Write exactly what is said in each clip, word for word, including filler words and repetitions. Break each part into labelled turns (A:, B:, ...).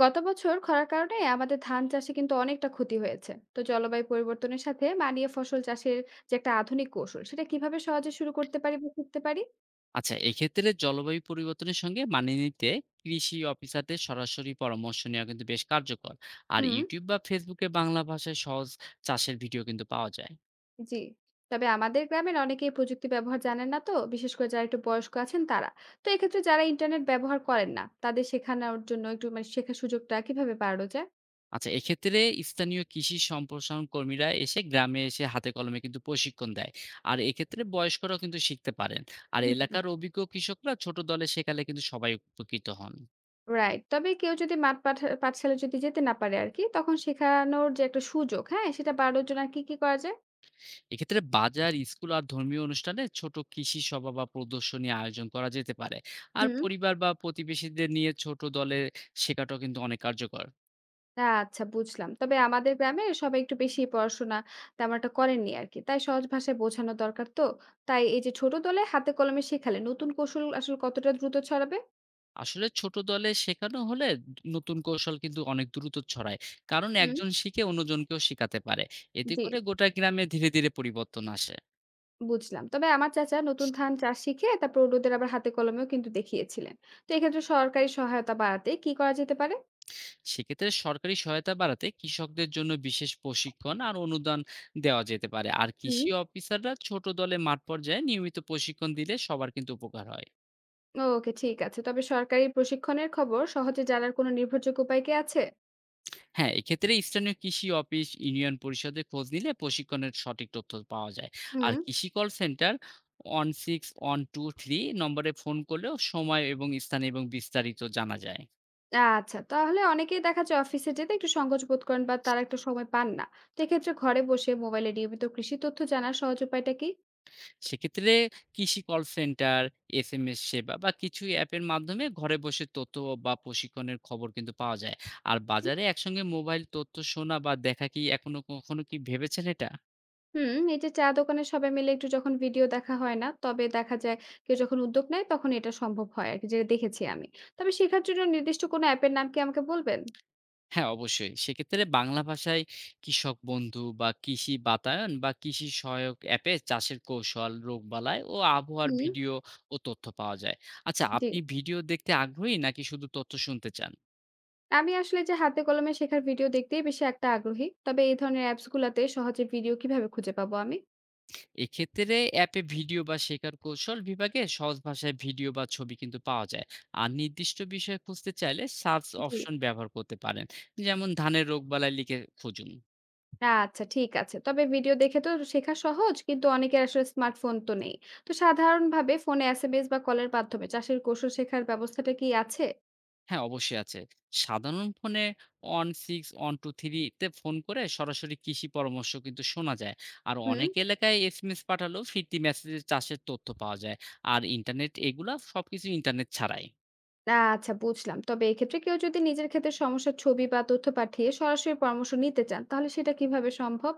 A: গত বছর খরার কারণে আমাদের ধান চাষে কিন্তু অনেকটা ক্ষতি হয়েছে, তো জলবায়ু পরিবর্তনের সাথে মানিয়ে ফসল চাষের যে একটা আধুনিক কৌশল সেটা কিভাবে সহজে শুরু করতে পারি বা শিখতে পারি?
B: আচ্ছা এক্ষেত্রে জলবায়ু পরিবর্তনের সঙ্গে মানিয়ে নিতে কৃষি অফিসারদের সরাসরি পরামর্শ নেওয়া কিন্তু বেশ কার্যকর। আর
A: হুম।
B: ইউটিউব বা ফেসবুকে বাংলা ভাষায় সহজ চাষের ভিডিও কিন্তু পাওয়া যায়।
A: জি। তবে আমাদের গ্রামের অনেকেই প্রযুক্তি ব্যবহার জানেন না, তো বিশেষ করে যারা একটু বয়স্ক আছেন তারা। তো এক্ষেত্রে যারা ইন্টারনেট ব্যবহার করেন না তাদের শেখানোর জন্য একটু মানে শেখার সুযোগটা কিভাবে বাড়ানো যায়?
B: আচ্ছা এক্ষেত্রে স্থানীয় কৃষি সম্প্রসারণ কর্মীরা এসে গ্রামে এসে হাতে কলমে কিন্তু প্রশিক্ষণ দেয়। আর এক্ষেত্রে বয়স্করাও কিন্তু শিখতে পারেন। আর
A: হুম।
B: এলাকার অভিজ্ঞ কৃষকরা ছোট দলে শেখালে কিন্তু সবাই উপকৃত হন।
A: রাইট। তবে কেউ যদি মাঠ পাঠ- পাঠশালা যদি যেতে না পারে আর কি, তখন শেখানোর যে একটা সুযোগ, হ্যাঁ, সেটা বাড়ানোর জন্য আর কি কি করা যায়?
B: এক্ষেত্রে বাজার, স্কুল আর ধর্মীয় অনুষ্ঠানে ছোট কৃষি সভা বা প্রদর্শনী আয়োজন করা যেতে পারে। আর
A: হুম।
B: পরিবার বা প্রতিবেশীদের নিয়ে ছোট দলে শেখাটাও কিন্তু অনেক কার্যকর।
A: না, আচ্ছা, বুঝলাম। তবে আমাদের গ্রামে সবাই একটু বেশিই পড়াশোনা তেমন একটা করেননি আরকি। তাই সহজ ভাষায় বোঝানো দরকার তো। তাই এই যে ছোট দলে হাতে কলমে শেখালে নতুন কৌশল আসলে কতটা দ্রুত ছড়াবে?
B: আসলে ছোট দলে শেখানো হলে নতুন কৌশল কিন্তু অনেক দ্রুত ছড়ায়। কারণ
A: হুম।
B: একজন শিখে অন্যজনকেও শেখাতে পারে। এতে
A: জি,
B: করে গোটা গ্রামে ধীরে, ধীরে পরিবর্তন আসে।
A: বুঝলাম। তবে আমার চাচা নতুন ধান চাষ শিখে তারপর অন্যদের আবার হাতে কলমেও কিন্তু দেখিয়েছিলেন। তো এক্ষেত্রে সরকারি সহায়তা বাড়াতে কি করা যেতে পারে?
B: সেক্ষেত্রে সরকারি সহায়তা বাড়াতে কৃষকদের জন্য বিশেষ প্রশিক্ষণ আর অনুদান দেওয়া যেতে পারে। আর
A: হুম।
B: কৃষি অফিসাররা ছোট দলে মাঠ পর্যায়ে নিয়মিত প্রশিক্ষণ দিলে সবার কিন্তু উপকার হয়।
A: ওকে, ঠিক আছে। তবে সরকারি প্রশিক্ষণের খবর সহজে জানার কোনো নির্ভরযোগ্য উপায় কি আছে?
B: হ্যাঁ, এক্ষেত্রে স্থানীয় কৃষি অফিস, ইউনিয়ন পরিষদে খোঁজ নিলে প্রশিক্ষণের সঠিক তথ্য পাওয়া যায়। আর
A: হুম।
B: কৃষি কল সেন্টার এক ছয় এক দুই তিন নম্বরে ফোন করলেও সময় এবং স্থান এবং বিস্তারিত জানা যায়।
A: আচ্ছা, তাহলে অনেকেই দেখা যায় অফিসে যেতে একটু সংকোচ বোধ করেন বা তারা একটা সময় পান না। তো এক্ষেত্রে ঘরে বসে মোবাইলে নিয়মিত কৃষি তথ্য জানার সহজ উপায়টা কি?
B: সেক্ষেত্রে কৃষি কল সেন্টার, এসএমএস সেবা বা কিছু অ্যাপের মাধ্যমে ঘরে বসে তথ্য বা প্রশিক্ষণের খবর কিন্তু পাওয়া যায়। আর বাজারে একসঙ্গে মোবাইল তথ্য শোনা বা দেখা কি এখনো কখনো কি ভেবেছেন এটা?
A: হুম, এই যে চা দোকানে সবাই মিলে একটু যখন ভিডিও দেখা হয় না, তবে দেখা যায় কেউ যখন উদ্যোগ নেয় তখন এটা সম্ভব হয় আরকি, যেটা দেখেছি আমি। তবে শেখার জন্য নির্দিষ্ট কোনো অ্যাপের নাম কি আমাকে বলবেন?
B: হ্যাঁ, অবশ্যই। সেক্ষেত্রে বাংলা ভাষায় কৃষক বন্ধু বা কৃষি বাতায়ন বা কৃষি সহায়ক অ্যাপে চাষের কৌশল, রোগবালাই ও আবহাওয়ার
A: হুম,
B: ভিডিও ও তথ্য পাওয়া যায়। আচ্ছা,
A: জি।
B: আপনি ভিডিও দেখতে আগ্রহী নাকি শুধু তথ্য শুনতে চান?
A: আমি আসলে যে হাতে কলমে শেখার ভিডিও দেখতেই বেশি একটা আগ্রহী। তবে এই ধরনের অ্যাপস গুলাতে সহজে ভিডিও কিভাবে খুঁজে পাবো আমি?
B: এক্ষেত্রে অ্যাপে ভিডিও বা শেখার কৌশল বিভাগে সহজ ভাষায় ভিডিও বা ছবি কিন্তু পাওয়া যায়। আর নির্দিষ্ট বিষয় খুঁজতে চাইলে সার্চ
A: জি।
B: অপশন ব্যবহার করতে পারেন। যেমন ধানের রোগবালাই লিখে খুঁজুন।
A: আচ্ছা, ঠিক আছে। তবে ভিডিও দেখে তো শেখা সহজ, কিন্তু অনেকের আসলে স্মার্টফোন তো নেই। তো সাধারণভাবে ফোনে এসএমএস বা কলের মাধ্যমে চাষের কৌশল শেখার ব্যবস্থাটা কি আছে?
B: হ্যাঁ, অবশ্যই আছে। সাধারণ ফোনে on ছয়, on to তিন তে ফোন করে সরাসরি কৃষি পরামর্শ কিন্তু শোনা যায়। আর
A: হুম।
B: অনেক এলাকায় এসএমএস পাঠালেও ফিরতি মেসেজে চাষের তথ্য পাওয়া যায়। আর ইন্টারনেট এগুলা সবকিছু ইন্টারনেট ছাড়াই।
A: আচ্ছা, বুঝলাম। তবে এক্ষেত্রে কেউ যদি নিজের ক্ষেতের সমস্যার ছবি বা তথ্য পাঠিয়ে সরাসরি পরামর্শ নিতে চান, তাহলে সেটা কিভাবে সম্ভব?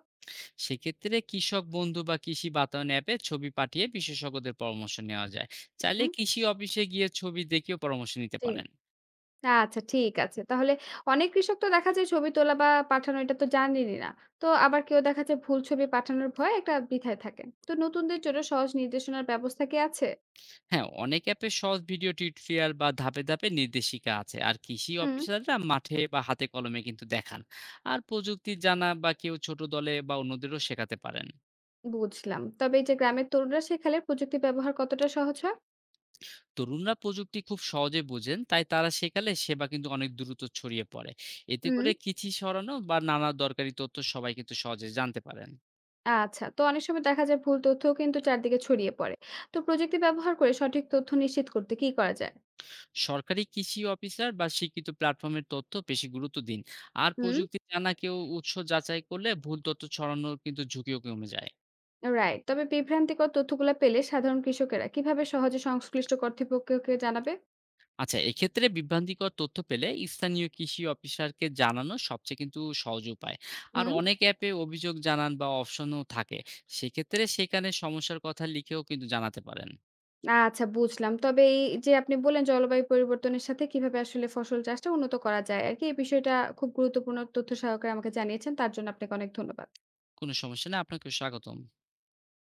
B: সেক্ষেত্রে কৃষক বন্ধু বা কৃষি বাতায়ন অ্যাপে ছবি পাঠিয়ে বিশেষজ্ঞদের পরামর্শ নেওয়া যায়। চাইলে
A: হুম,
B: কৃষি অফিসে গিয়ে ছবি দেখেও পরামর্শ নিতে
A: জি।
B: পারেন।
A: আচ্ছা, ঠিক আছে। তাহলে অনেক কৃষক তো দেখা যায় ছবি তোলা বা পাঠানো এটা তো জানেনই না। তো আবার কেউ দেখা যায় ভুল ছবি পাঠানোর ভয়ে একটা দ্বিধায় থাকেন। তো নতুনদের জন্য সহজ নির্দেশনার ব্যবস্থা কি আছে?
B: হ্যাঁ, অনেক অ্যাপে সহজ ভিডিও টিউটোরিয়াল বা ধাপে, ধাপে নির্দেশিকা আছে। আর কৃষি
A: হুম।
B: অফিসাররা মাঠে বা হাতে কলমে কিন্তু দেখান। আর প্রযুক্তি জানা বা কেউ ছোট দলে বা অন্যদেরও শেখাতে পারেন।
A: বুঝলাম। তবে এই যে গ্রামের তরুণরা শেখালে প্রযুক্তি ব্যবহার কতটা সহজ হয়?
B: তরুণরা প্রযুক্তি খুব সহজে বোঝেন, তাই তারা শেখালে সেবা কিন্তু অনেক দ্রুত ছড়িয়ে পড়ে। এতে
A: হুম।
B: করে কৃষি সরানো বা নানা দরকারি তথ্য সবাই কিন্তু সহজে জানতে পারেন।
A: আচ্ছা। তো অনেক সময় দেখা যায় ভুল তথ্যও কিন্তু চারদিকে ছড়িয়ে পড়ে। তো প্রযুক্তি ব্যবহার করে সঠিক তথ্য নিশ্চিত করতে কি করা যায়?
B: সরকারি কৃষি অফিসার বা স্বীকৃত প্ল্যাটফর্মের তথ্য বেশি গুরুত্ব দিন। আর
A: হুম।
B: প্রযুক্তি জানা কেউ উৎস যাচাই করলে ভুল তথ্য ছড়ানোর কিন্তু ঝুঁকিও কমে যায়।
A: রাইট। তবে বিভ্রান্তিকর তথ্যগুলা পেলে সাধারণ কৃষকেরা কিভাবে সহজে সংশ্লিষ্ট কর্তৃপক্ষকে জানাবে?
B: আচ্ছা, এক্ষেত্রে বিভ্রান্তিকর তথ্য পেলে স্থানীয় কৃষি অফিসারকে জানানো সবচেয়ে কিন্তু সহজ উপায়। আর
A: হুম।
B: অনেক অ্যাপে অভিযোগ জানান বা অপশনও থাকে। সেক্ষেত্রে সেখানে সমস্যার কথা লিখেও কিন্তু জানাতে পারেন।
A: আচ্ছা, বুঝলাম। তবে এই যে আপনি বললেন জলবায়ু পরিবর্তনের সাথে কিভাবে আসলে ফসল চাষটা উন্নত করা যায় আরকি, এই বিষয়টা খুব গুরুত্বপূর্ণ তথ্য সহকারে আমাকে জানিয়েছেন। তার জন্য আপনাকে অনেক ধন্যবাদ।
B: কোনো সমস্যা না, আপনাকেও স্বাগতম।